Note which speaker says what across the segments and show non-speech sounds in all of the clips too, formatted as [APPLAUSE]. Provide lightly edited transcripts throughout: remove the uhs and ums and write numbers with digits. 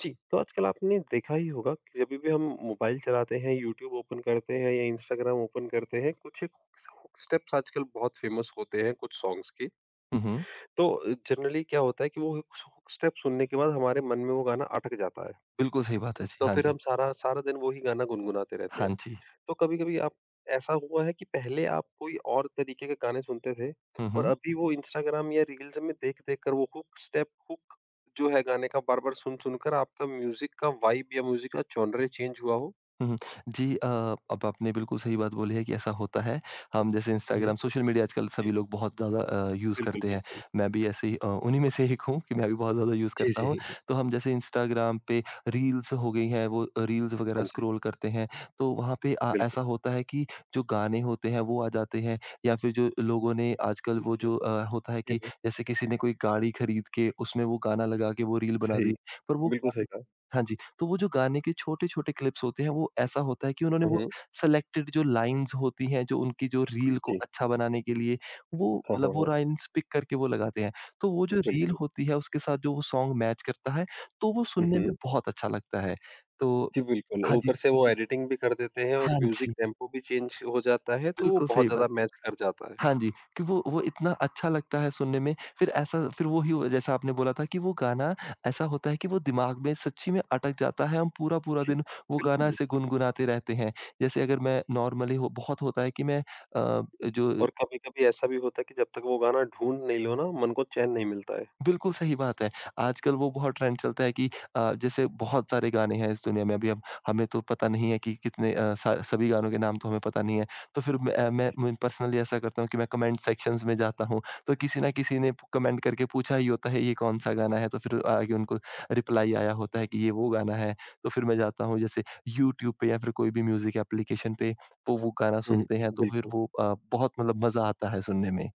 Speaker 1: जी, तो आजकल आपने देखा ही होगा कि जभी भी हम मोबाइल चलाते हैं, यूट्यूब ओपन करते हैं या इंस्टाग्राम ओपन करते हैं, कुछ एक हुक स्टेप्स आजकल बहुत फेमस होते हैं कुछ सॉन्ग्स के।
Speaker 2: हुँ, हुँ।
Speaker 1: तो जनरली क्या होता है कि वो हुक स्टेप सुनने के बाद हमारे मन में वो गाना अटक जाता है।
Speaker 2: बिल्कुल सही बात है जी।
Speaker 1: तो
Speaker 2: हाँ
Speaker 1: फिर
Speaker 2: जी।
Speaker 1: हम सारा सारा दिन वो ही गाना गुनगुनाते रहते
Speaker 2: हाँ
Speaker 1: हैं।
Speaker 2: जी।
Speaker 1: तो कभी-कभी आप ऐसा हुआ है कि पहले आप कोई और तरीके के गाने सुनते थे
Speaker 2: हुँ,
Speaker 1: और
Speaker 2: हुँ।
Speaker 1: अभी वो इंस्टाग्राम या रील्स में देख-देख कर वो हुक स्टेप हुक जो है गाने का बार-बार सुन-सुन कर आपका म्यूज़िक का वाइब या म्यूज़िक का जॉनर चेंज हुआ हो?
Speaker 2: हुँ, हुँ। जी अब आपने बिल्कुल सही बात बोली है कि ऐसा होता है। हम जैसे
Speaker 1: हुँ, हुँ।
Speaker 2: इंस्टाग्राम सोशल मीडिया आजकल
Speaker 1: जी,
Speaker 2: सभी लोग बहुत ज़्यादा यूज़
Speaker 1: बिल्कुल,
Speaker 2: करते हैं।
Speaker 1: बिल्कुल।
Speaker 2: मैं भी ऐसे ही उन्हीं में से एक हूँ कि मैं भी बहुत ज़्यादा यूज़
Speaker 1: जी,
Speaker 2: करता
Speaker 1: जी।
Speaker 2: हूँ।
Speaker 1: जी, जी,
Speaker 2: तो हम जैसे इंस्टाग्राम पे रील्स हो गई हैं, वो रील्स वगैरह
Speaker 1: हाँ जी,
Speaker 2: स्क्रॉल करते हैं, तो वहाँ पे
Speaker 1: बिल्कुल।
Speaker 2: ऐसा होता है कि जो गाने होते हैं वो आ जाते हैं या फिर जो लोगों ने आजकल वो
Speaker 1: जी।
Speaker 2: जो होता है
Speaker 1: हुँ,
Speaker 2: कि
Speaker 1: हुँ।
Speaker 2: जैसे किसी ने कोई गाड़ी खरीद के उसमें वो गाना लगा के वो रील बना
Speaker 1: सही।
Speaker 2: दी। पर वो
Speaker 1: बिल्कुल सही
Speaker 2: गाने।
Speaker 1: कहा।
Speaker 2: हाँ जी। तो वो जो गाने के छोटे-छोटे क्लिप्स होते हैं, वो ऐसा होता है कि उन्होंने
Speaker 1: हुँ,
Speaker 2: वो
Speaker 1: हुँ।
Speaker 2: सेलेक्टेड जो लाइन्स होती हैं, जो उनकी जो रील को
Speaker 1: जी।
Speaker 2: अच्छा बनाने के लिए, वो
Speaker 1: हाँ, हाँ,
Speaker 2: मतलब वो
Speaker 1: हाँ।
Speaker 2: लाइन्स पिक करके वो लगाते हैं। तो वो जो रील
Speaker 1: बिल्कुल।
Speaker 2: होती है, उसके साथ जो वो सॉन्ग मैच करता है, तो वो
Speaker 1: हुँ,
Speaker 2: सुनने में
Speaker 1: हुँ।
Speaker 2: बहुत अच्छा लगता है। तो,
Speaker 1: जी, बिल्कुल।
Speaker 2: हाँ जी।
Speaker 1: ऊपर से वो एडिटिंग भी कर देते हैं और
Speaker 2: हाँ
Speaker 1: म्यूज़िक
Speaker 2: जी,
Speaker 1: टेम्पो भी चेंज हो जाता है, तो वो
Speaker 2: बिल्कुल
Speaker 1: बहुत
Speaker 2: सही बात।
Speaker 1: ज़्यादा मैच कर जाता है।
Speaker 2: हाँ जी, कि वो इतना अच्छा लगता है सुनने में, फिर ऐसा फिर वो ही हो जैसा आपने बोला था कि वो गाना ऐसा होता है कि वो दिमाग में सच्ची में अटक जाता है, हम पूरा-पूरा
Speaker 1: जी,
Speaker 2: दिन वो गाना
Speaker 1: बिल्कुल।
Speaker 2: ऐसे गुनगुनाते रहते हैं। जैसे अगर मैं नॉर्मली हो बहुत होता है कि मैं जो।
Speaker 1: और कभी-कभी ऐसा भी होता है कि जब तक वो गाना ढूँढ नहीं लो ना, मन को चैन नहीं मिलता है।
Speaker 2: बिल्कुल सही बात है। आजकल वो बहुत ट्रेंड चलता है कि जैसे बहुत सारे गाने हैं इस दुनिया में अभी हम हमें तो पता नहीं है कि कितने सा सभी गानों के नाम तो हमें पता नहीं है। तो फिर मैं अ,
Speaker 1: जी।
Speaker 2: मैं पर्सनली ऐसा करता हूँ कि मैं कमेंट सेक्शंस में जाता हूँ, तो किसी न किसी ने कमेंट करके पूछा ही होता है ये कौन-सा गाना है, तो फिर आगे उनको रिप्लाई आया होता है कि ये वो गाना है। तो फिर मैं जाता हूँ जैसे यूट्यूब पे या फिर कोई भी म्यूज़िक एप्लीकेशन पे तो वो गाना
Speaker 1: हुँ,
Speaker 2: सुनते
Speaker 1: हुँ,
Speaker 2: हैं, तो फिर
Speaker 1: बिल्कुल।
Speaker 2: वो बहुत मतलब मज़ा आता है सुनने में।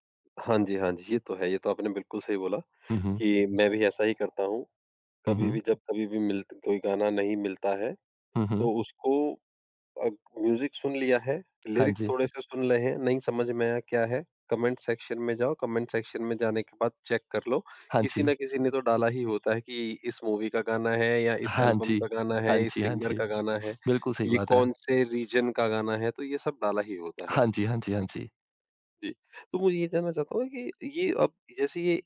Speaker 1: हाँ जी, हाँ जी, ये तो है, ये तो आपने बिल्कुल सही बोला
Speaker 2: हुँ, हुँ।
Speaker 1: कि मैं भी ऐसा ही करता हूँ।
Speaker 2: हुँ,
Speaker 1: कभी भी
Speaker 2: हुँ।
Speaker 1: जब कभी भी मिल कोई गाना नहीं मिलता है,
Speaker 2: हुँ, हुँ।
Speaker 1: तो उसको अ, म्यूजिक सुन लिया है,
Speaker 2: हाँ
Speaker 1: लिरिक्स
Speaker 2: जी।
Speaker 1: थोड़े से सुन रहे हैं, नहीं समझ में आया क्या है, कमेंट सेक्शन में जाओ, कमेंट सेक्शन में जाने के बाद चेक कर लो,
Speaker 2: हाँ
Speaker 1: किसी
Speaker 2: जी।
Speaker 1: न किसी ने तो डाला ही होता है कि इस मूवी का गाना है या इस
Speaker 2: हाँ
Speaker 1: एल्बम
Speaker 2: जी।
Speaker 1: का गाना
Speaker 2: हाँ
Speaker 1: है, इस
Speaker 2: जी, हाँ
Speaker 1: सिंगर
Speaker 2: जी।
Speaker 1: का गाना है,
Speaker 2: बिल्कुल सही
Speaker 1: ये
Speaker 2: बात है।
Speaker 1: कौन से रीजन का गाना है, तो ये सब डाला ही होता है।
Speaker 2: हाँ जी, हाँ जी, हाँ जी।
Speaker 1: जी, तो मुझे ये जानना चाहता हूँ कि ये अब जैसे ये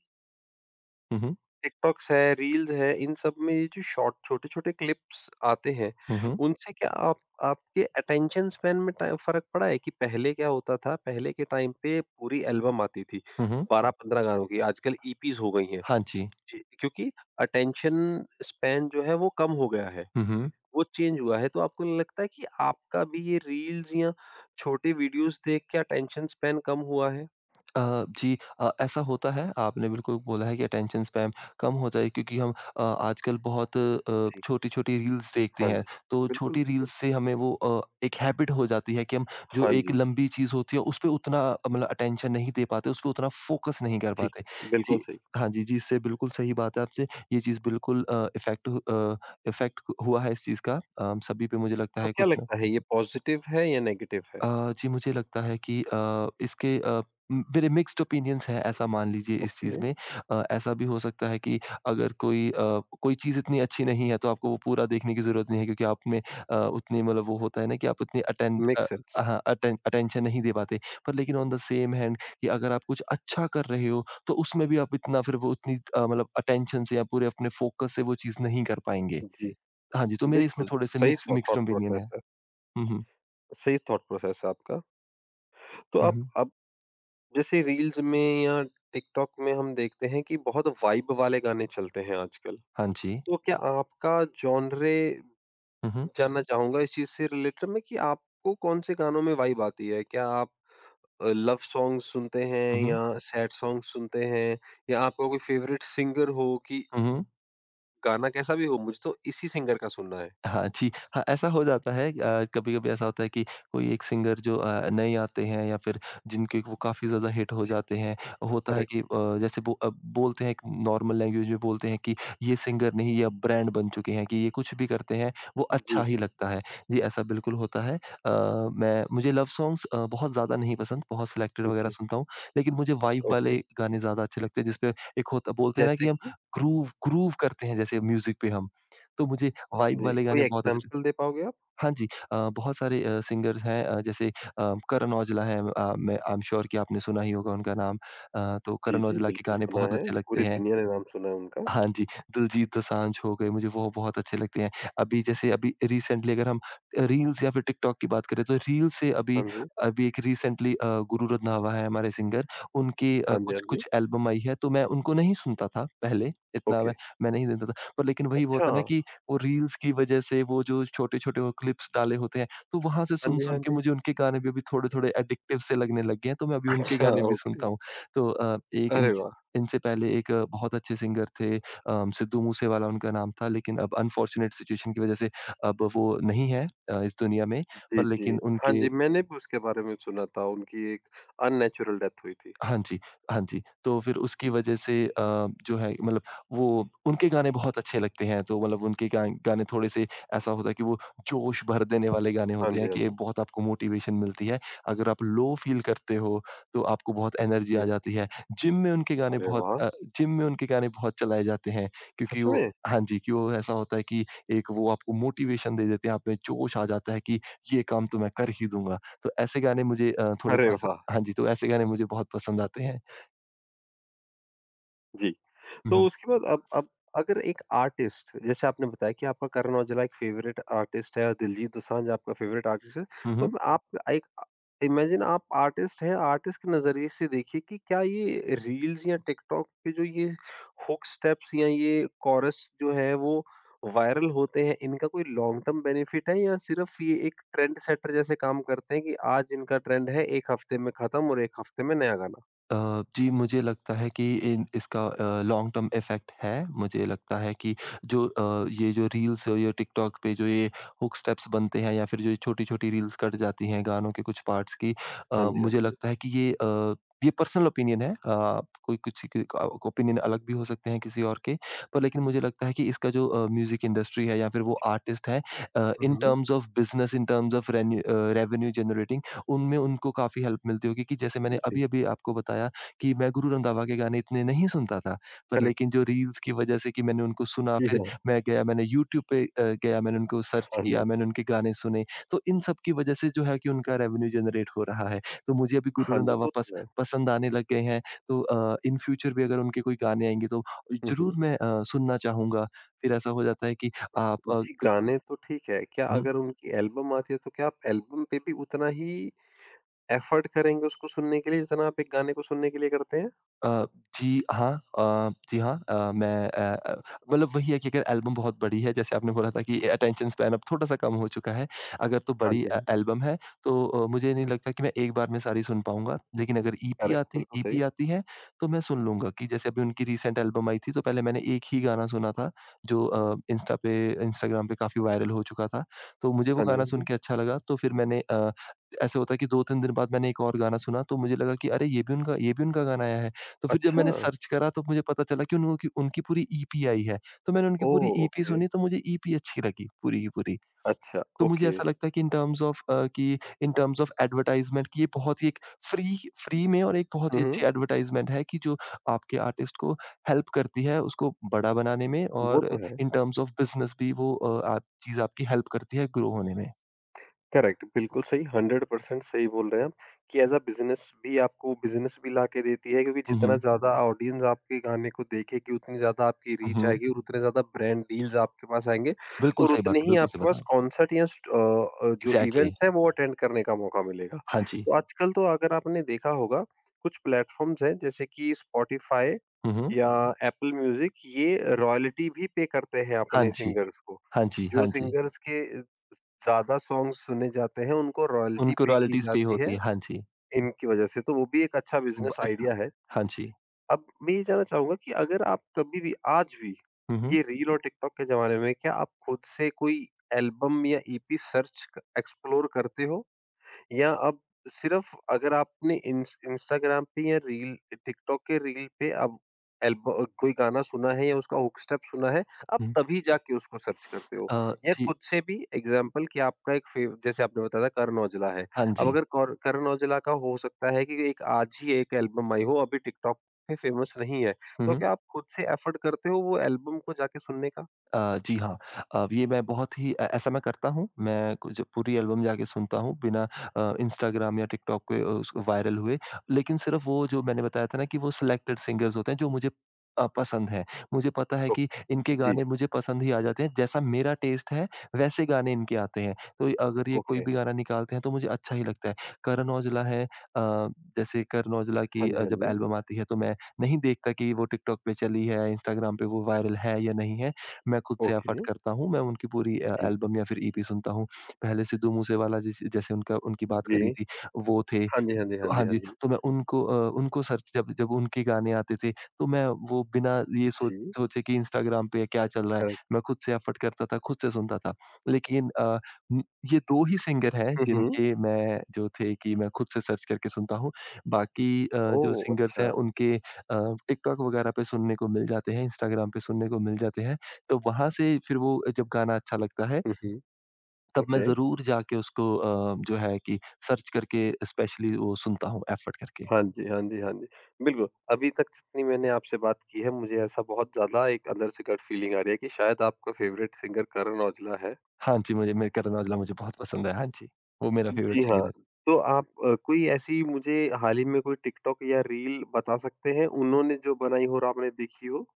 Speaker 2: हुँ, हुँ।
Speaker 1: टिकटॉक्स है, रील्स है, इन सब में ये जो शॉर्ट छोटे-छोटे क्लिप्स आते हैं,
Speaker 2: हुँ, हुँ।
Speaker 1: उनसे क्या आप आपके अटेंशन स्पैन में टा फ़र्क पड़ा है कि पहले क्या होता था, पहले के टाइम पे पूरी एल्बम आती थी,
Speaker 2: हुँ, हुँ।
Speaker 1: 12-15 गानों की, आजकल ईपीज़ हो गई हैं।
Speaker 2: हाँ जी।
Speaker 1: जी। क्योंकि अटेंशन स्पैन जो है वो कम हो गया है,
Speaker 2: हुँ, हुँ।
Speaker 1: वो चेंज हुआ है, तो आपको नहीं लगता है कि आपका भी ये रील्स या छोटे वीडियोज़ देख के अटेंशन स्पैन कम हुआ है?
Speaker 2: जी ऐसा होता है, आपने बिल्कुल बोला है कि अटेंशन स्पैम कम हो जाए क्योंकि हम आजकल बहुत
Speaker 1: जी।
Speaker 2: छोटी-छोटी रील्स देखते
Speaker 1: हाँ
Speaker 2: हैं,
Speaker 1: जी।
Speaker 2: तो
Speaker 1: बिल्कुल,
Speaker 2: छोटी
Speaker 1: बिल्कुल।
Speaker 2: रील्स से हमें वो एक हैबिट हो जाती है कि हम जो
Speaker 1: हाँ
Speaker 2: एक
Speaker 1: जी।
Speaker 2: लंबी चीज़ होती है, उस पे उतना मतलब अटेंशन नहीं दे पाते, उस पे उतना फोकस नहीं कर
Speaker 1: जी,
Speaker 2: पाते।
Speaker 1: बिल्कुल
Speaker 2: जी
Speaker 1: सही।
Speaker 2: हाँ जी, जी, इससे बिल्कुल सही बात है आपसे, ये चीज़ बिल्कुल इफ़ेक्ट इफ़ेक्ट हुआ है इस चीज़ का सभी पे मुझे लगता
Speaker 1: तो
Speaker 2: है
Speaker 1: क्या
Speaker 2: कुछ न
Speaker 1: लगता है ये पॉज़िटिव है या नेगेटिव है?
Speaker 2: जी, मुझे लगता है कि इसके म मेरे मिक्स्ड ओपिनियंस हैं ऐसा मान लीजिए इस चीज़
Speaker 1: ओके,
Speaker 2: में। ऐसा भी हो सकता है कि अगर कोई कोई चीज़ इतनी अच्छी नहीं है तो आपको वो पूरा देखने की ज़रूरत नहीं है क्योंकि आप में उतनी मतलब वो होता है ना कि आप उतनी
Speaker 1: मेक्स सेंस।
Speaker 2: हाँ, अटेंशन नहीं दे पाते। पर लेकिन ऑन द सेम हैंड कि अगर आप कुछ अच्छा कर रहे हो तो उसमें भी आप इतना फिर वो उतनी मतलब अटेंशन से या पूरे अपने फ़ोकस से वो चीज़ नहीं कर पाएँगे।
Speaker 1: जी,
Speaker 2: हाँ जी, तो मेरे इसमें
Speaker 1: बिल्कुल,
Speaker 2: थोड़े से
Speaker 1: सही सो
Speaker 2: मिक्स्ड
Speaker 1: थॉट
Speaker 2: ओपिनियन है।
Speaker 1: प्रोसेस है।
Speaker 2: हुँ, हुँ।
Speaker 1: सही थॉट प्रोसेस है आपका। तो
Speaker 2: हुँ,
Speaker 1: आप
Speaker 2: हुँ।
Speaker 1: अब जैसे रील्स में या टिकटॉक में हम देखते हैं कि बहुत वाइब वाले गाने चलते हैं आजकल।
Speaker 2: हाँ जी।
Speaker 1: तो क्या आपका जॉनरे
Speaker 2: हुँ, हुँ।
Speaker 1: जानना चाहूँगा इस चीज़ से रिलेटेड में कि आपको कौन-से गानों में वाइब आती है? क्या आप लव सॉन्ग्स सुनते हैं या
Speaker 2: Mhm,
Speaker 1: सैड सॉन्ग्स सुनते हैं या आपका कोई फ़ेवरेट सिंगर हो कि
Speaker 2: mhm.
Speaker 1: गाना कैसा भी हो, मुझे तो इसी सिंगर का सुनना है।
Speaker 2: हाँ जी, हाँ, ऐसा हो जाता है कभी-कभी ऐसा होता है कि कोई एक सिंगर जो नए आते हैं या फिर जिनके वो काफ़ी ज़्यादा हिट हो
Speaker 1: जी,
Speaker 2: जाते हैं, होता है
Speaker 1: करेक्ट।
Speaker 2: कि जैसे बोलते हैं एक नॉर्मल लैंग्वेज में बोलते हैं कि ये सिंगर नहीं ये अब ब्रांड बन चुके हैं कि ये कुछ भी करते हैं, वो अच्छा
Speaker 1: जी,
Speaker 2: ही लगता है। जी, ऐसा बिल्कुल होता है। मैं मुझे लव सॉन्ग्स बहुत ज़्यादा नहीं पसंद, बहुत सिलेक्टेड वगैरह
Speaker 1: जी,
Speaker 2: सुनता हूँ, लेकिन मुझे वाइब
Speaker 1: ओके।
Speaker 2: वाले गाने ज़्यादा अच्छे लगते हैं जिसपे एक होता बोलते हैं ना
Speaker 1: जैसे
Speaker 2: कि हम
Speaker 1: कि?
Speaker 2: ग्रूव ग्रूव करते हैं जैसे म्यूज़िक पे हम, तो मुझे वाइब
Speaker 1: जी,
Speaker 2: वाले
Speaker 1: कोई
Speaker 2: गाने बहुत अच्छे थे।
Speaker 1: एग्ज़ाम्पल दे पाओगे आप?
Speaker 2: हाँ जी, बहुत सारे सिंगर्स हैं जैसे करण औजला है मैं आई एम श्योर कि आपने सुना ही होगा उनका नाम। तो
Speaker 1: जी,
Speaker 2: करण
Speaker 1: जी,
Speaker 2: औजला के
Speaker 1: बिल्कुल
Speaker 2: गाने
Speaker 1: सुना
Speaker 2: बहुत
Speaker 1: है,
Speaker 2: अच्छे लगते
Speaker 1: पूरी
Speaker 2: हैं।
Speaker 1: दुनिया ने नाम सुना है उनका।
Speaker 2: हाँ जी, दिलजीत दोसांझ हो गए, मुझे वो बहुत अच्छे लगते हैं। अभी जैसे अभी रिसेंटली अगर हम रील्स या फिर टिकटॉक की बात करें, तो रील्स से अभी
Speaker 1: हाँ जी,
Speaker 2: अभी एक रिसेंटली गुरु रंधावा है हमारे सिंगर, उनकी
Speaker 1: हाँ जी, हाँ जी,
Speaker 2: कुछ-कुछ एल्बम आई है, तो मैं उनको नहीं सुनता था पहले, इतना
Speaker 1: ओके।
Speaker 2: मैं नहीं सुनता था। पर लेकिन वही वो
Speaker 1: अच्छा,
Speaker 2: होता है ना कि वो रील्स की वजह से वो जो छोटे-छोटे वो क्लिप्स डाले होते हैं, तो वहाँ से
Speaker 1: हाँ जी, हाँ
Speaker 2: सुन-सुन के
Speaker 1: जी,
Speaker 2: मुझे उनके गाने भी अभी थोड़े-थोड़े एडिक्टिव से लगने लग गए हैं, तो मैं अभी उनके
Speaker 1: अच्छा,
Speaker 2: गाने भी सुनता
Speaker 1: ओके।
Speaker 2: हूँ। तो एक इन
Speaker 1: अरे वाह!
Speaker 2: इनसे पहले एक बहुत अच्छे सिंगर थे सिद्धू मूसेवाला उनका नाम था लेकिन अब अनफॉर्च्युनेट सिचुएशन की वजह से अब वो नहीं है इस दुनिया में,
Speaker 1: जी,
Speaker 2: पर
Speaker 1: जी,
Speaker 2: लेकिन
Speaker 1: हाँ
Speaker 2: उनके।
Speaker 1: जी, मैंने भी उसके बारे में सुना था, उनकी एक अननेचुरल डेथ हुई थी।
Speaker 2: हाँ जी, हाँ जी। तो फिर उसकी वज़ह से जो है मतलब वो उनके गाने बहुत अच्छे लगते हैं, तो मतलब उनके गा गाने थोड़े-से ऐसा होता है कि वो जोश भर देने वाले गाने
Speaker 1: हाँ
Speaker 2: होते
Speaker 1: जी,
Speaker 2: हैं
Speaker 1: हाँ
Speaker 2: कि
Speaker 1: जी,
Speaker 2: बहुत आपको मोटिवेशन मिलती है। अगर आप लो फ़ील करते हो, तो आपको बहुत एनर्जी
Speaker 1: जी।
Speaker 2: आ जाती है। जिम में उनके गाने
Speaker 1: अरे
Speaker 2: बहुत
Speaker 1: वाह!
Speaker 2: अ, जिम में उनके गाने बहुत चलाए जाते हैं क्योंकि
Speaker 1: सच
Speaker 2: वो
Speaker 1: में?
Speaker 2: हाँ जी, कि वो ऐसा होता है कि एक वो आपको मोटिवेशन दे देते हैं, आप में जोश आ जाता है कि ये काम तो मैं कर ही दूँगा। तो ऐसे गाने मुझे थोड़े
Speaker 1: अरे
Speaker 2: पस
Speaker 1: वाह!
Speaker 2: हाँ जी, तो ऐसे गाने मुझे बहुत पसंद आते हैं।
Speaker 1: जी।
Speaker 2: हुँ,
Speaker 1: तो
Speaker 2: हुँ।
Speaker 1: उसके बाद अब अगर एक आर्टिस्ट जैसे आपने बताया कि आपका करण औजला एक फेवरेट आर्टिस्ट है और दिलजीत दोसांझ आपका फेवरेट आर्टिस्ट है
Speaker 2: हुँ,
Speaker 1: तो
Speaker 2: हुँ।
Speaker 1: मैं आप एक इमेजिन आप आर्टिस्ट हैं आर्टिस्ट के नजरिए से देखिए कि क्या ये रील्स या टिकटॉक पे जो ये हुक स्टेप्स या ये कॉरस जो है वो वायरल होते हैं इनका कोई लॉन्ग टर्म बेनिफिट है या सिर्फ ये एक ट्रेंड सेटर जैसे काम करते हैं कि आज इनका ट्रेंड है एक हफ्ते में खत्म और एक हफ्ते में नया गाना।
Speaker 2: अ, जी, मुझे लगता है कि इन इसका लॉन्ग टर्म इफ़ेक्ट है। मुझे लगता है कि जो ये जो रील्स और ये टिकटॉक पे जो ये हुक स्टेप्स बनते हैं या फिर जो ये छोटी-छोटी रील्स कट जाती हैं गानों के कुछ पार्ट्स की
Speaker 1: हाँ जी हाँ
Speaker 2: मुझे
Speaker 1: जी
Speaker 2: लगता है कि ये ये पर्सनल ओपिनियन है। कोई कुछ के ओपिनियन अलग भी हो सकते हैं किसी और के। पर लेकिन मुझे लगता है कि इसका जो म्यूज़िक इंडस्ट्री है या फिर वो आर्टिस्ट है in
Speaker 1: hmm.
Speaker 2: Terms of business, in terms of revenue generating उनमें उनको काफ़ी हेल्प मिलती होगी कि जैसे मैंने
Speaker 1: जी
Speaker 2: अभी-अभी आपको बताया कि मैं गुरु रंधावा के गाने इतने नहीं सुनता था, पर
Speaker 1: करेक्ट
Speaker 2: लेकिन जो रील्स की वज़ह से कि मैंने उनको सुना
Speaker 1: जी
Speaker 2: फिर
Speaker 1: हाँ
Speaker 2: मैं गया मैंने यूट्यूब पे गया मैंने उनको सर्च
Speaker 1: हाँ
Speaker 2: किया,
Speaker 1: जी।
Speaker 2: मैंने उनके गाने सुने, तो इन सब की वज़ह से जो है कि उनका रेवेन्यू जनरेट हो रहा है। तो मुझे अभी गुरु
Speaker 1: हाँ जी,
Speaker 2: रंधावा
Speaker 1: वो
Speaker 2: पस
Speaker 1: तो है।
Speaker 2: पसंद आने लग गए हैं, तो इन फ्यूचर भी अगर उनके कोई गाने आएँगे तो
Speaker 1: हुँ, हुँ।
Speaker 2: ज़रूर मैं सुनना चाहूँगा। फिर ऐसा हो जाता है कि आप
Speaker 1: जी, गाने तो ठीक है, क्या
Speaker 2: क
Speaker 1: अगर उनकी एल्बम आती है, तो क्या आप एल्बम पे भी उतना ही एफर्ट करेंगे उसको सुनने के लिए, जितना आप एक गाने को सुनने के लिए करते हैं?
Speaker 2: अ, जी हाँ। जी हाँ। अ, मैं अ अ, मतलब वही है कि अगर एल्बम बहुत बड़ी है, जैसे आपने बोला था कि अटेंशन स्पैन अब थोड़ा-सा कम हो चुका है। अगर तो
Speaker 1: हाँ
Speaker 2: बड़ी
Speaker 1: जी, हाँ जी।
Speaker 2: एल्बम है, तो मुझे नहीं लगता कि मैं एक बार में सारी सुन पाऊँगा। लेकिन अगर
Speaker 1: करेक्ट, बिल्कुल सही।
Speaker 2: ईपी आती है, तो मैं सुन लूँगा कि जैसे अभी उनकी रिसेंट एल्बम आई थी, तो पहले मैंने एक ही गाना सुना था, जो इंस्टाग्राम पे काफ़ी वायरल हो चुका था। तो मुझे वो
Speaker 1: हाँ जी, हाँ
Speaker 2: गाना सुन
Speaker 1: जी।
Speaker 2: के अच्छा लगा, तो फिर मैंने ऐसे होता है कि 2-3 दिन बाद मैंने एक और गाना सुना, तो मुझे लगा कि अरे! ये भी उनका गाना आया है। तो फिर जब
Speaker 1: अच्छा!
Speaker 2: मैंने सर्च करा तो मुझे पता चला कि उन लोगों की उनकी पूरी ईपी आई है। तो मैंने उनकी
Speaker 1: ओह!
Speaker 2: पूरी ईपी
Speaker 1: ओके।
Speaker 2: सुनी तो मुझे ईपी अच्छी लगी पूरी की पूरी।
Speaker 1: अच्छा,
Speaker 2: तो मुझे
Speaker 1: ओके।
Speaker 2: ऐसा लगता है कि इन टर्म्स ऑफ एडवर्टाइज़मेंट की ये बहुत ही एक फ्री फ्री में और एक बहुत
Speaker 1: हुँ,
Speaker 2: ही
Speaker 1: हुँ।
Speaker 2: अच्छी एडवर्टाइज़मेंट है कि जो आपके आर्टिस्ट को हेल्प करती है उसको बड़ा बनाने में।
Speaker 1: वो
Speaker 2: और
Speaker 1: तो है।
Speaker 2: इन टर्म्स ऑफ बिज़नेस भी वो आप चीज़ आपकी हेल्प करती है ग्रो होने में।
Speaker 1: करेक्ट, बिल्कुल सही, 100% सही बोल रहे हैं आप कि एज़ अ बिज़नेस भी आपको बिज़नेस भी ला के देती है क्योंकि
Speaker 2: हुँ,
Speaker 1: जितना
Speaker 2: हुँ।
Speaker 1: ज़्यादा ऑडियंस आपके गाने को देखेगी, उतनी ज़्यादा आपकी
Speaker 2: हुँ,
Speaker 1: रीच
Speaker 2: हुँ।
Speaker 1: आएगी और उतने ज़्यादा ब्रांड डील्स आपके पास आएँगे
Speaker 2: बिल्कुल
Speaker 1: और
Speaker 2: सही बात
Speaker 1: उतने
Speaker 2: है,
Speaker 1: ही
Speaker 2: बिल्कुल सही
Speaker 1: आपके
Speaker 2: बात
Speaker 1: पास
Speaker 2: है।
Speaker 1: कॉन्सर्ट या जो
Speaker 2: एग्ज़ैक्टली।
Speaker 1: इवेंट्स हैं, वो अटेंड करने का मौका मिलेगा।
Speaker 2: हाँ जी।
Speaker 1: तो आजकल तो अगर आपने देखा होगा, कुछ प्लेटफ़ॉर्म्स हैं जैसे कि स्पॉटिफ़ाई
Speaker 2: हुँ, हुँ।
Speaker 1: या एप्पल म्यूज़िक, ये रॉयल्टी भी पे करते हैं
Speaker 2: हाँ
Speaker 1: अपने
Speaker 2: जी।
Speaker 1: सिंगर्स को।
Speaker 2: हाँ जी,
Speaker 1: जो
Speaker 2: हाँ जी।
Speaker 1: सिंगर्स के ज़्यादा सॉन्ग सुने जाते हैं, उनको रॉयल्टी
Speaker 2: उनको
Speaker 1: पे की
Speaker 2: रॉयल्टीज़ पे
Speaker 1: जाती है
Speaker 2: होती है। हाँ जी।
Speaker 1: इनकी वजह से, तो वो भी एक अच्छा
Speaker 2: ब
Speaker 1: बिज़नेस
Speaker 2: अच्छा।
Speaker 1: आइडिया है।
Speaker 2: हाँ जी।
Speaker 1: अब मैं ये जानना चाहूँगा कि अगर आप कभी भी आज भी
Speaker 2: हुँ, हुँ।
Speaker 1: ये रील और टिकटॉक के ज़माने में क्या आप खुद से कोई एल्बम या ईपी सर्च क एक्सप्लोर करते हो? या अब सिर्फ़ अगर आपने इंस्टाग्राम पे या रील टिकटॉक के रील पे अब एल्ब कोई गाना सुना है या उसका हुक स्टेप सुना है, आप
Speaker 2: हुँ।
Speaker 1: तभी जाके उसको सर्च करते हो। या
Speaker 2: जी।
Speaker 1: खुद से भी एग्ज़ाम्पल कि आपका एक फेव जैसे आपने बताया था करण औजला है।
Speaker 2: हाँ
Speaker 1: अब
Speaker 2: जी।
Speaker 1: अगर कौर करण औजला का हो सकता है कि एक आज ही एक एल्बम आई हो, अभी टिकटॉक पे फेमस नहीं है। तो
Speaker 2: हुँ,
Speaker 1: क्या आप खुद से एफ़र्ट करते हो वो एल्बम को जाके सुनने का?
Speaker 2: जी हाँ। ये मैं बहुत ही ऐ ऐसा मैं करता हूँ। मैं कुछ पूरी एल्बम जाके सुनता हूँ बिना इंस्टाग्राम या टिकटॉक पे उस वायरल हुए। लेकिन सिर्फ़ वो जो मैंने बताया था ना कि वो सिलेक्टेड सिंगर्स होते हैं जो मुझे पसंद हैं। मुझे पता है
Speaker 1: ओके,
Speaker 2: कि इनके
Speaker 1: जी,
Speaker 2: गाने मुझे पसंद ही आ जाते हैं। जैसा मेरा टेस्ट है वैसे गाने इनके आते हैं। तो अगर ये कोई
Speaker 1: ओके।
Speaker 2: भी गाना निकालते हैं तो मुझे अच्छा ही लगता है। करण औजला है, जैसे करण औजला
Speaker 1: हाँ
Speaker 2: की,
Speaker 1: जी, हाँ
Speaker 2: जब
Speaker 1: जी।
Speaker 2: एल्बम आती है तो मैं नहीं देखता कि वो टिकटॉक पे चली है, इंस्टाग्राम पे वो वायरल है या नहीं है। मैं खुद से एफर्ट
Speaker 1: ओके,
Speaker 2: करता हूँ, मैं उनकी पूरी
Speaker 1: जी।
Speaker 2: एल्बम या फिर ईपी सुनता हूँ। पहले सिद्धू मूसेवाला, जिस जैसे उनका उनकी बात
Speaker 1: जी।
Speaker 2: करी थी, वो थे।
Speaker 1: हाँ जी, हाँ जी, हाँ जी,
Speaker 2: हाँ
Speaker 1: हाँ
Speaker 2: जी,
Speaker 1: जी।
Speaker 2: तो मैं उनको सर्च, जब जब उनके गाने आते थे, तो मैं वो बिना ये सोच
Speaker 1: जी,
Speaker 2: सोचे कि इंस्टाग्राम पे क्या चल रहा है,
Speaker 1: करेक्ट।
Speaker 2: मैं खुद से एफर्ट करता था, खुद से सुनता था। लेकिन उम, ये 2 ही सिंगर हैं
Speaker 1: हुँ, हुँ।
Speaker 2: जिनके मैं जो थे कि मैं खुद से सर्च करके सुनता हूँ। बाकी जो
Speaker 1: ओह!
Speaker 2: सिंगर्स
Speaker 1: अच्छा।
Speaker 2: हैं उनके टिकटॉक वगैरह पे सुनने को मिल जाते हैं, इंस्टाग्राम पे सुनने को मिल जाते हैं। तो वहाँ से फिर वो जब गाना अच्छा लगता है
Speaker 1: हुँ, हुँ।
Speaker 2: तब मैं
Speaker 1: ओके।
Speaker 2: ज़रूर जाके उसको जो है कि सर्च करके स्पेशली वो सुनता हूँ एफर्ट करके।
Speaker 1: हाँ जी, हाँ जी, हाँ जी। बिल्कुल, अभी तक जितनी मैंने आपसे बात की है, मुझे ऐसा बहुत ज़्यादा एक अंदर से गट फीलिंग आ रही है कि शायद आपका फ़ेवरेट सिंगर करण औजला है।
Speaker 2: हाँ जी, मुझे मेरे करण औजला मुझे
Speaker 1: जी,
Speaker 2: बहुत पसंद है। हाँ जी, वो मेरा फ़ेवरेट
Speaker 1: जी
Speaker 2: सिंगर
Speaker 1: हाँ।
Speaker 2: है।
Speaker 1: तो आप कोई ऐसी मुझे हाल ही में कोई टिकटॉक या रील बता सकते हैं, उन्होंने जो बनाई हो और आपने देखी हो?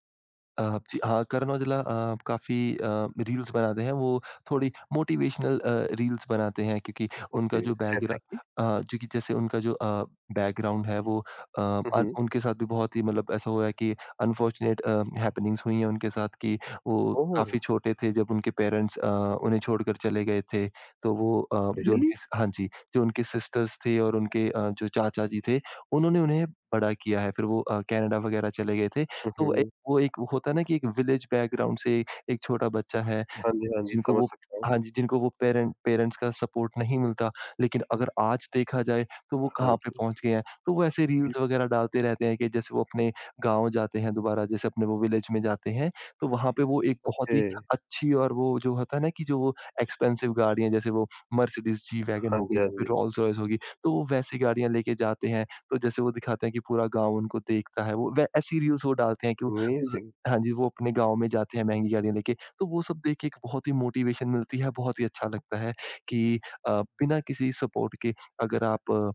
Speaker 2: जी हाँ, करण औजला काफ़ी रील्स बनाते हैं, वो थोड़ी मोटिवेशनल रील्स बनाते हैं क्योंकि उनका
Speaker 1: ओके, जैसे कि?
Speaker 2: जो कि जैसे उनका जो बैकग्राउंड है, वो अ,
Speaker 1: हुँ,
Speaker 2: अन
Speaker 1: हुँ।
Speaker 2: उनके साथ भी बहुत ही मतलब ऐसा हुआ है कि अनफॉर्चुनेट हैपनिंग्स हुई हैं उनके साथ कि वो
Speaker 1: ओह!
Speaker 2: काफ़ी छोटे थे जब उनके पेरेंट्स उन्हें छोड़कर चले गए थे, तो वो जो
Speaker 1: रियली?
Speaker 2: उनके स हाँ जी, जो उनके सिस्टर्स थे और उनके जो चाचा जी थे, उन्होंने उन्हें बड़ा किया है, फिर वो कनाडा वगैरह चले गए थे,
Speaker 1: हुँ,
Speaker 2: तो
Speaker 1: हुँ।
Speaker 2: वो एक होता है ना कि एक विलेज बैकग्राउंड से एक छोटा बच्चा है,
Speaker 1: हाँ जी, हाँ जी,
Speaker 2: जिनको
Speaker 1: समझ
Speaker 2: वो
Speaker 1: सकता हूँ।
Speaker 2: हाँ जी, जिनको वो पेरेंट्स का सपोर्ट नहीं मिलता, लेकिन अगर आज देखा जाए तो वो
Speaker 1: हाँ
Speaker 2: कहाँ पे
Speaker 1: जी,
Speaker 2: पहुँच गए हैं। तो वो ऐसे रील्स
Speaker 1: बिल्क
Speaker 2: वगैरह डालते रहते हैं कि जैसे वो अपने गाँव जाते हैं दोबारा, जैसे अपने वो विलेज में जाते हैं, तो वहाँ पे वो एक बहुत
Speaker 1: ओके।
Speaker 2: ही अच्छी, और वो जो होता है ना कि जो वो एक्सपेंसिव गाड़ियाँ जैसे वो मर्सिडीज़ जी-वैगन
Speaker 1: हाँ
Speaker 2: हो
Speaker 1: जी,
Speaker 2: गई
Speaker 1: हाँ
Speaker 2: या फिर
Speaker 1: जी।
Speaker 2: रोल्स-रॉयस हो गई, तो वो वैसी गाड़ियाँ लेके जाते हैं। तो जैसे वो दिखाते हैं कि पूरा गाँव उनको देखता है, वो वै ऐसी रील्स वो डालते हैं कि वो ज़
Speaker 1: अमेज़िंग।
Speaker 2: हाँ जी, वो अपने गाँव में जाते हैं महँगी गाड़ियाँ लेके, तो वो सब देख के एक बहुत ही मोटिवेशन मिलती है, बहुत ही अच्छा लगता है कि बिना किसी सपोर्ट के अगर आप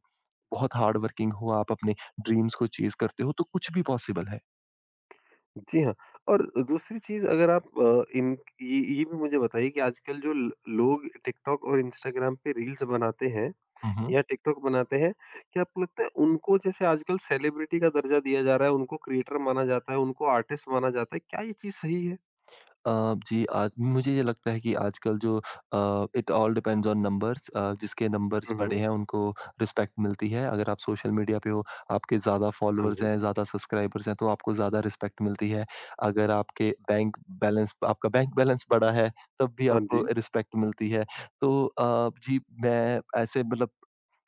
Speaker 2: बहुत हार्ड वर्किंग हो, आप अपने ड्रीम्स को चेज़ करते हो, तो कुछ भी पॉसिबल है।
Speaker 1: जी हाँ, और दूसरी चीज़ अगर आप इन ये भी मुझे बताइए कि आजकल जो ल लोग टिकटॉक और इंस्टाग्राम पे रील्स बनाते हैं
Speaker 2: हुँ, हुँ।
Speaker 1: या टिकटॉक बनाते हैं, क्या आपको लगता है उनको जैसे आजकल सेलिब्रिटी का दर्जा दिया जा रहा है, उनको क्रिएटर माना जाता है, उनको आर्टिस्ट माना जाता है, क्या ये चीज़ सही है?
Speaker 2: अ, जी, आज मुझे ये लगता है कि आजकल जो it all depends on numbers, जिसके नंबर्स
Speaker 1: हुँ,
Speaker 2: बड़े
Speaker 1: हुँ।
Speaker 2: हैं उनको रिस्पेक्ट मिलती है। अगर आप सोशल मीडिया पे हो, आपके ज़्यादा
Speaker 1: हाँ
Speaker 2: फॉलोअर्स
Speaker 1: जी।
Speaker 2: हैं, ज़्यादा सब्सक्राइबर्स हैं, तो आपको ज़्यादा रिस्पेक्ट मिलती है। अगर आपके बैंक बैलेंस आपका बैंक बैलेंस बड़ा है, तब भी
Speaker 1: हाँ
Speaker 2: आपको
Speaker 1: जी।
Speaker 2: रिस्पेक्ट मिलती है। तो जी, मैं ऐसे मतलब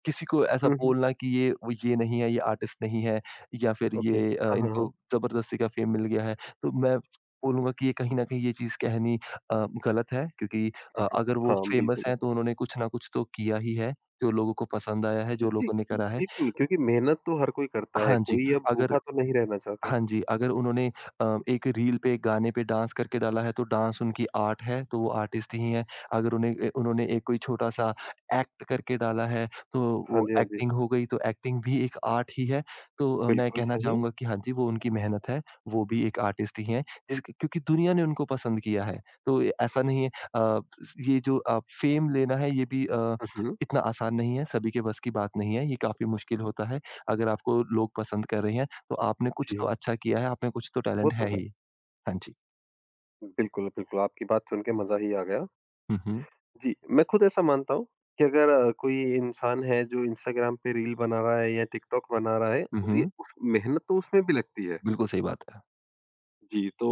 Speaker 2: किसी को ऐसा
Speaker 1: हुँ, हुँ।
Speaker 2: बोलना कि ये नहीं है, ये आर्टिस्ट नहीं है या फिर
Speaker 1: ओके।
Speaker 2: ये
Speaker 1: हाँ, हाँ,
Speaker 2: इनको
Speaker 1: हाँ।
Speaker 2: ज़बरदस्ती का फ़ेम मिल गया है। तो मैं बोलूँगा कि ये कहीं न कहीं ये चीज़ कहनी गलत है, क्योंकि
Speaker 1: हुँ, हुँ।
Speaker 2: अगर वो
Speaker 1: हाँ,
Speaker 2: फ़ेमस
Speaker 1: बिल्कुल।
Speaker 2: हैं तो उन्होंने कुछ ना कुछ तो किया ही है, जो लोगों को पसंद आया है, जो
Speaker 1: जी,
Speaker 2: लोगों ने करा है।
Speaker 1: बिल्कुल क्योंकि मेहनत तो हर कोई करता है,
Speaker 2: हाँ जी,
Speaker 1: कोई अब भूखा
Speaker 2: अगर
Speaker 1: तो नहीं रहना चाहता।
Speaker 2: हाँ जी, अगर उन्होंने एक रील पे, एक गाने पे डांस करके डाला है, तो डांस उनकी आर्ट है, तो वो आर्टिस्ट ही हैं। अगर उन्हें ए उन्होंने एक कोई छोटा-सा एक्ट करके डाला है, तो
Speaker 1: हाँ
Speaker 2: वो
Speaker 1: जी, हाँ जी।
Speaker 2: एक्टिंग हो गई, तो एक्टिंग भी एक आर्ट ही है। तो मैं
Speaker 1: बिल्कुल
Speaker 2: कहना
Speaker 1: सही।
Speaker 2: चाहूँगा कि हाँ जी, वो उनकी मेहनत है, वो भी एक आर्टिस्ट ही हैं, जिस क्योंकि दुनिया ने उनको पसंद किया है। तो ए ऐसा नहीं है। अ, ये जो फ़ेम लेना है, ये भी
Speaker 1: हुँ, हुँ।
Speaker 2: इतना आसान नहीं है, सभी के बस की बात नहीं है, ये काफ़ी मुश्किल होता है। अगर आपको लोग पसंद कर रहे हैं तो आपने कुछ
Speaker 1: जी,
Speaker 2: तो अच्छा किया है, आप में कुछ तो
Speaker 1: वो
Speaker 2: टैलेंट
Speaker 1: तो
Speaker 2: है
Speaker 1: है।
Speaker 2: ही। हाँ जी।
Speaker 1: बिल्कुल, बिल्कुल, आपकी बात सुन के मज़ा ही आ गया।
Speaker 2: हुँ, हुँ।
Speaker 1: जी, मैं खुद ऐसा मानता हूँ कि अगर कोई इंसान है जो इंस्टाग्राम पे रील बना रहा है या टिकटॉक बना रहा है,
Speaker 2: हुँ,
Speaker 1: वो ये
Speaker 2: हुँ।
Speaker 1: उस मेहनत तो उसमें भी लगती है।
Speaker 2: बिल्कुल सही बात है।
Speaker 1: जी, तो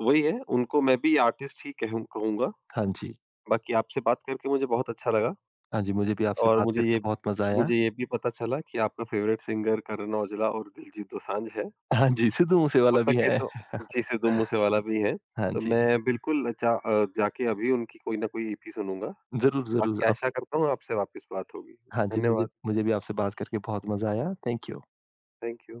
Speaker 1: वही है, उनको मैं भी आर्टिस्ट ही कहूँगा।
Speaker 2: हाँ जी।
Speaker 1: बाकी आपसे बात करके मुझे बहुत अच्छा लगा
Speaker 2: हाँ जी, मुझे भी आपसे
Speaker 1: और
Speaker 2: बात करके बहुत मज़ा आया।
Speaker 1: मुझे ये भी पता चला कि आपका फ़ेवरेट सिंगर करण औजला और दिलजीत दोसांझ है।
Speaker 2: हाँ जी, सिद्धू मूसे
Speaker 1: हो
Speaker 2: वाला भी
Speaker 1: सके
Speaker 2: है।
Speaker 1: तो जी, सिद्धू
Speaker 2: [LAUGHS]
Speaker 1: मूसेवाला भी हैं।
Speaker 2: हाँ
Speaker 1: तो
Speaker 2: जी।
Speaker 1: मैं बिल्कुल जाके अभी उनकी कोई ना कोई ईपी सुनूँगा।
Speaker 2: ज़रूर, ज़रूर
Speaker 1: बाकी आशा
Speaker 2: आप
Speaker 1: करता हूँ आपसे वापस बात होगी।
Speaker 2: हाँ जी, मुझे
Speaker 1: धन्यवाद,
Speaker 2: मुझे भी आपसे बात करके बहुत मज़ा आया। Thank you.
Speaker 1: Thank you.